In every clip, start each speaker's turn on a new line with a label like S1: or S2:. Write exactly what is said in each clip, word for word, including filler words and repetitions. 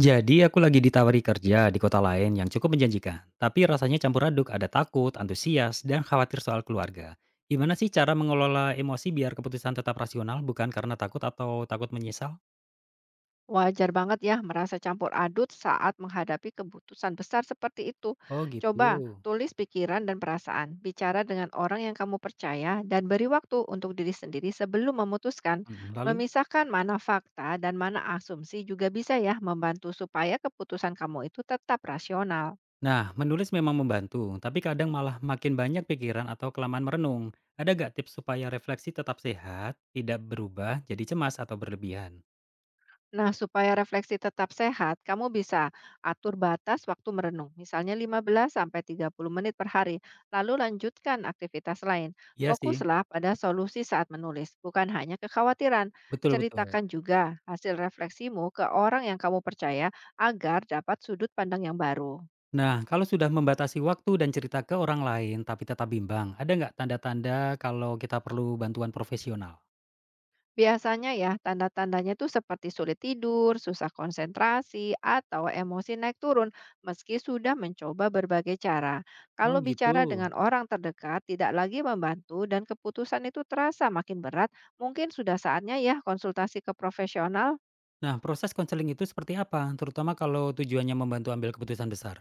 S1: Jadi aku lagi ditawari kerja di kota lain yang cukup menjanjikan, tapi rasanya campur aduk, ada takut, antusias, dan khawatir soal keluarga. Gimana sih cara mengelola emosi biar keputusan tetap rasional bukan karena takut atau takut menyesal?
S2: Wajar banget ya merasa campur aduk saat menghadapi keputusan besar seperti itu.
S1: Oh gitu.
S2: Coba tulis pikiran dan perasaan, bicara dengan orang yang kamu percaya, dan beri waktu untuk diri sendiri sebelum memutuskan.
S1: Mm, Lalu?
S2: Memisahkan mana fakta dan mana asumsi juga bisa ya membantu supaya keputusan kamu itu tetap rasional.
S1: Nah, menulis memang membantu, tapi kadang malah makin banyak pikiran atau kelamaan merenung. Ada gak tips supaya refleksi tetap sehat, tidak berubah, jadi cemas atau berlebihan?
S2: Nah, supaya refleksi tetap sehat, kamu bisa atur batas waktu merenung, misalnya lima belas sampai tiga puluh menit per hari, lalu lanjutkan aktivitas lain.
S1: Iya sih,
S2: Fokuslah pada solusi saat menulis, bukan hanya kekhawatiran.
S1: betul-betul.
S2: Ceritakan juga hasil refleksimu ke orang yang kamu percaya agar dapat sudut pandang yang baru.
S1: Nah, kalau sudah membatasi waktu dan cerita ke orang lain tapi tetap bimbang, ada nggak tanda-tanda kalau kita perlu bantuan profesional?
S2: Biasanya ya, tanda-tandanya tuh seperti sulit tidur, susah konsentrasi, atau emosi naik turun meski sudah mencoba berbagai cara. Kalau
S1: Oh gitu.
S2: bicara dengan orang terdekat tidak lagi membantu dan keputusan itu terasa makin berat, mungkin sudah saatnya ya konsultasi ke profesional.
S1: Nah, proses konseling itu seperti apa? Terutama kalau tujuannya membantu ambil keputusan besar.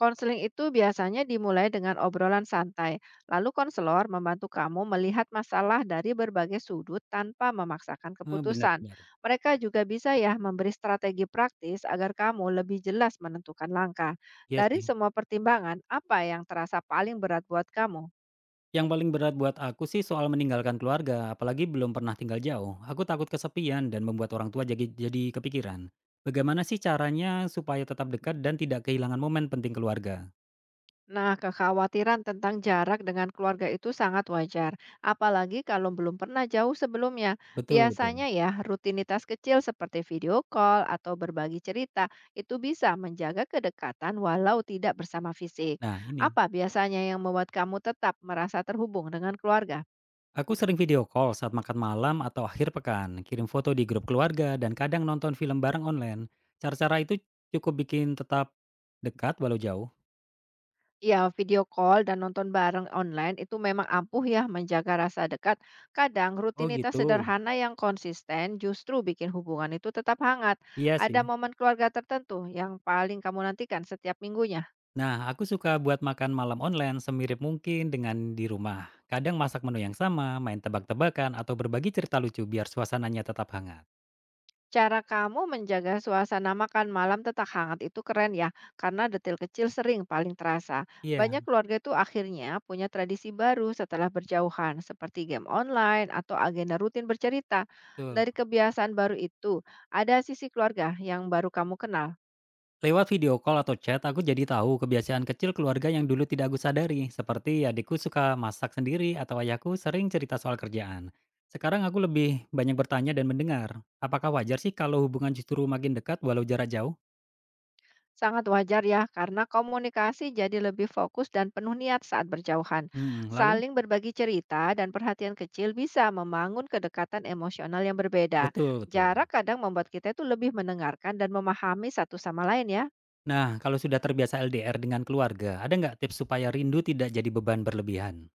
S2: Konseling itu biasanya dimulai dengan obrolan santai, lalu konselor membantu kamu melihat masalah dari berbagai sudut tanpa memaksakan
S1: Eh,
S2: keputusan.
S1: benar-benar.
S2: Mereka juga bisa ya memberi strategi praktis agar kamu lebih jelas menentukan langkah.
S1: Iya
S2: Dari
S1: sih.
S2: semua pertimbangan, apa yang terasa paling berat buat kamu?
S1: Yang paling berat buat aku sih soal meninggalkan keluarga, apalagi belum pernah tinggal jauh. Aku takut kesepian dan membuat orang tua jadi, jadi kepikiran. Bagaimana sih caranya supaya tetap dekat dan tidak kehilangan momen penting keluarga?
S2: Nah, kekhawatiran tentang jarak dengan keluarga itu sangat wajar, apalagi kalau belum pernah jauh sebelumnya.
S1: Betul,
S2: Biasanya
S1: betul.
S2: ya, rutinitas kecil seperti video call atau berbagi cerita itu bisa menjaga kedekatan walau tidak bersama fisik.
S1: Nah, ini.
S2: Apa biasanya yang membuat kamu tetap merasa terhubung dengan keluarga?
S1: Aku sering video call saat makan malam atau akhir pekan, kirim foto di grup keluarga, dan kadang nonton film bareng online. Cara-cara itu cukup bikin tetap dekat walau jauh.
S2: Ya, video call dan nonton bareng online itu memang ampuh ya menjaga rasa dekat. Kadang
S1: Oh
S2: rutinitas
S1: gitu,
S2: sederhana yang konsisten justru bikin hubungan itu tetap hangat.
S1: iya
S2: Ada
S1: sih.
S2: momen keluarga tertentu yang paling kamu nantikan setiap minggunya.
S1: Nah, aku suka buat makan malam online semirip mungkin dengan di rumah. Kadang masak menu yang sama, main tebak-tebakan, atau berbagi cerita lucu biar suasananya tetap hangat.
S2: Cara kamu menjaga suasana makan malam tetap hangat itu keren ya, karena detail kecil sering paling terasa.
S1: Iya,
S2: Banyak keluarga itu akhirnya punya tradisi baru setelah berjauhan, seperti game online atau agenda rutin bercerita.
S1: betul.
S2: Dari kebiasaan baru itu, ada sisi keluarga yang baru kamu kenal.
S1: Lewat video call atau chat, aku jadi tahu kebiasaan kecil keluarga yang dulu tidak aku sadari, seperti adikku suka masak sendiri atau ayahku sering cerita soal kerjaan. Sekarang aku lebih banyak bertanya dan mendengar. Apakah wajar sih kalau hubungan justru makin dekat walau jarak jauh?
S2: Sangat wajar ya, karena komunikasi jadi lebih fokus dan penuh niat saat berjauhan.
S1: Hmm, lalu?
S2: Saling berbagi cerita dan perhatian kecil bisa membangun kedekatan emosional yang berbeda.
S1: Betul, betul.
S2: Jarak kadang membuat kita itu lebih mendengarkan dan memahami satu sama lain ya.
S1: Nah, kalau sudah terbiasa L D R dengan keluarga, ada nggak tips supaya rindu tidak jadi beban berlebihan?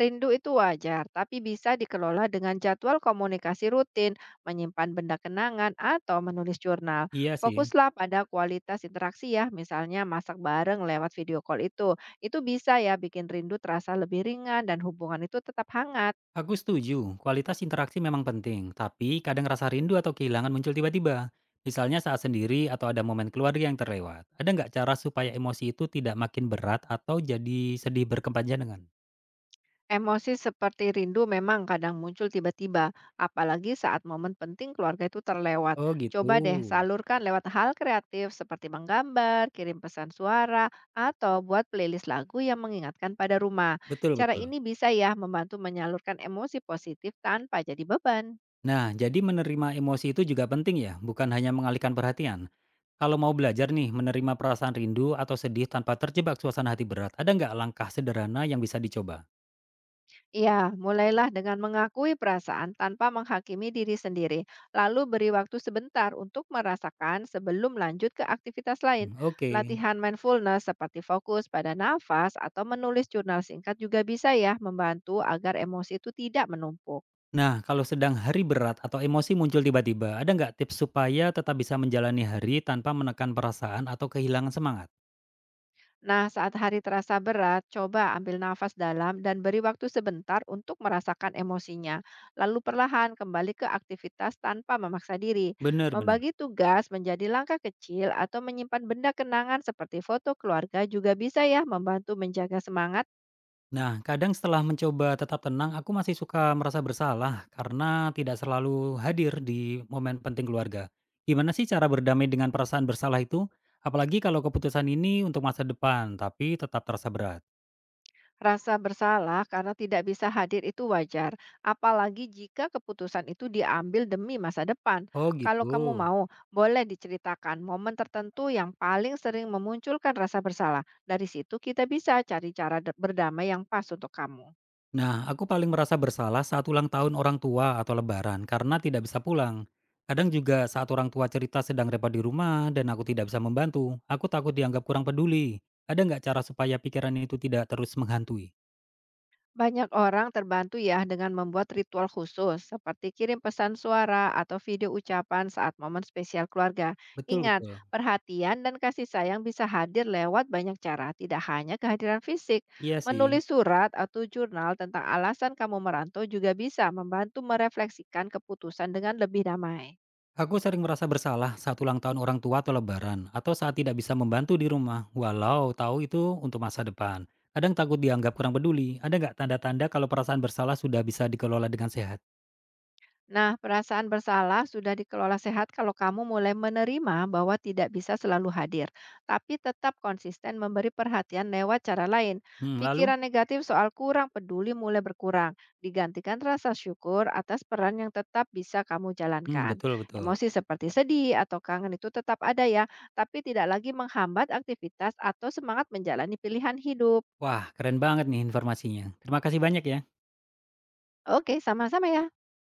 S2: Rindu itu wajar, tapi bisa dikelola dengan jadwal komunikasi rutin, menyimpan benda kenangan, atau menulis jurnal.
S1: Iya sih.
S2: Fokuslah pada kualitas interaksi ya, misalnya masak bareng lewat video call itu. Itu bisa ya bikin rindu terasa lebih ringan dan hubungan itu tetap hangat.
S1: Aku setuju, kualitas interaksi memang penting, tapi kadang rasa rindu atau kehilangan muncul tiba-tiba. Misalnya saat sendiri atau ada momen keluarga yang terlewat. Ada nggak cara supaya emosi itu tidak makin berat atau jadi sedih berkepanjangan?
S2: Emosi seperti rindu memang kadang muncul tiba-tiba, apalagi saat momen penting keluarga itu terlewat.
S1: Oh gitu,
S2: Coba deh salurkan lewat hal kreatif seperti menggambar, kirim pesan suara, atau buat playlist lagu yang mengingatkan pada rumah. Cara
S1: betul-betul.
S2: ini bisa ya membantu menyalurkan emosi positif tanpa jadi beban.
S1: Nah, jadi menerima emosi itu juga penting ya, bukan hanya mengalihkan perhatian. Kalau mau belajar nih, menerima perasaan rindu atau sedih tanpa terjebak suasana hati berat, ada nggak langkah sederhana yang bisa dicoba?
S2: Ya, mulailah dengan mengakui perasaan tanpa menghakimi diri sendiri, lalu beri waktu sebentar untuk merasakan sebelum lanjut ke aktivitas lain.
S1: Hmm, oke.
S2: Latihan mindfulness seperti fokus pada nafas atau menulis jurnal singkat juga bisa ya membantu agar emosi itu tidak menumpuk.
S1: Nah, kalau sedang hari berat atau emosi muncul tiba-tiba, ada nggak tips supaya tetap bisa menjalani hari tanpa menekan perasaan atau kehilangan semangat?
S2: Nah, saat hari terasa berat, coba ambil nafas dalam dan beri waktu sebentar untuk merasakan emosinya. Lalu perlahan kembali ke aktivitas tanpa memaksa diri.
S1: Bener, bener.
S2: Membagi tugas menjadi langkah kecil atau menyimpan benda kenangan seperti foto keluarga juga bisa ya membantu menjaga semangat.
S1: Nah, kadang setelah mencoba tetap tenang, aku masih suka merasa bersalah karena tidak selalu hadir di momen penting keluarga. Gimana sih cara berdamai dengan perasaan bersalah itu? Apalagi kalau keputusan ini untuk masa depan, tapi tetap terasa berat.
S2: Rasa bersalah karena tidak bisa hadir itu wajar, apalagi jika keputusan itu diambil demi masa depan.
S1: Oh
S2: Kalau kamu
S1: gitu.
S2: mau, boleh diceritakan momen tertentu yang paling sering memunculkan rasa bersalah. Dari situ kita bisa cari cara de- berdamai yang pas untuk kamu.
S1: Nah, aku paling merasa bersalah saat ulang tahun orang tua atau lebaran karena tidak bisa pulang. Kadang juga saat orang tua cerita sedang repot di rumah dan aku tidak bisa membantu, aku takut dianggap kurang peduli. Ada nggak cara supaya pikiran itu tidak terus menghantui?
S2: Banyak orang terbantu ya dengan membuat ritual khusus, seperti kirim pesan suara atau video ucapan saat momen spesial keluarga.
S1: Betul,
S2: Ingat,
S1: betul.
S2: perhatian dan kasih sayang bisa hadir lewat banyak cara, tidak hanya kehadiran fisik.
S1: Iya sih.
S2: Menulis surat atau jurnal tentang alasan kamu merantau juga bisa membantu merefleksikan keputusan dengan lebih damai.
S1: Aku sering merasa bersalah saat ulang tahun orang tua atau lebaran, atau saat tidak bisa membantu di rumah, walau tahu itu untuk masa depan. Kadang takut dianggap kurang peduli. Ada nggak tanda-tanda kalau perasaan bersalah sudah bisa dikelola dengan sehat?
S2: Nah, perasaan bersalah sudah dikelola sehat kalau kamu mulai menerima bahwa tidak bisa selalu hadir, tapi tetap konsisten memberi perhatian lewat cara lain.
S1: Hmm, lalu?
S2: Pikiran negatif soal kurang peduli mulai berkurang, digantikan rasa syukur atas peran yang tetap bisa kamu
S1: Hmm,
S2: jalankan.
S1: betul, betul.
S2: Emosi seperti sedih atau kangen itu tetap ada ya, tapi tidak lagi menghambat aktivitas atau semangat menjalani pilihan hidup.
S1: Wah, keren banget nih informasinya. Terima kasih banyak ya.
S2: Oke, sama-sama ya.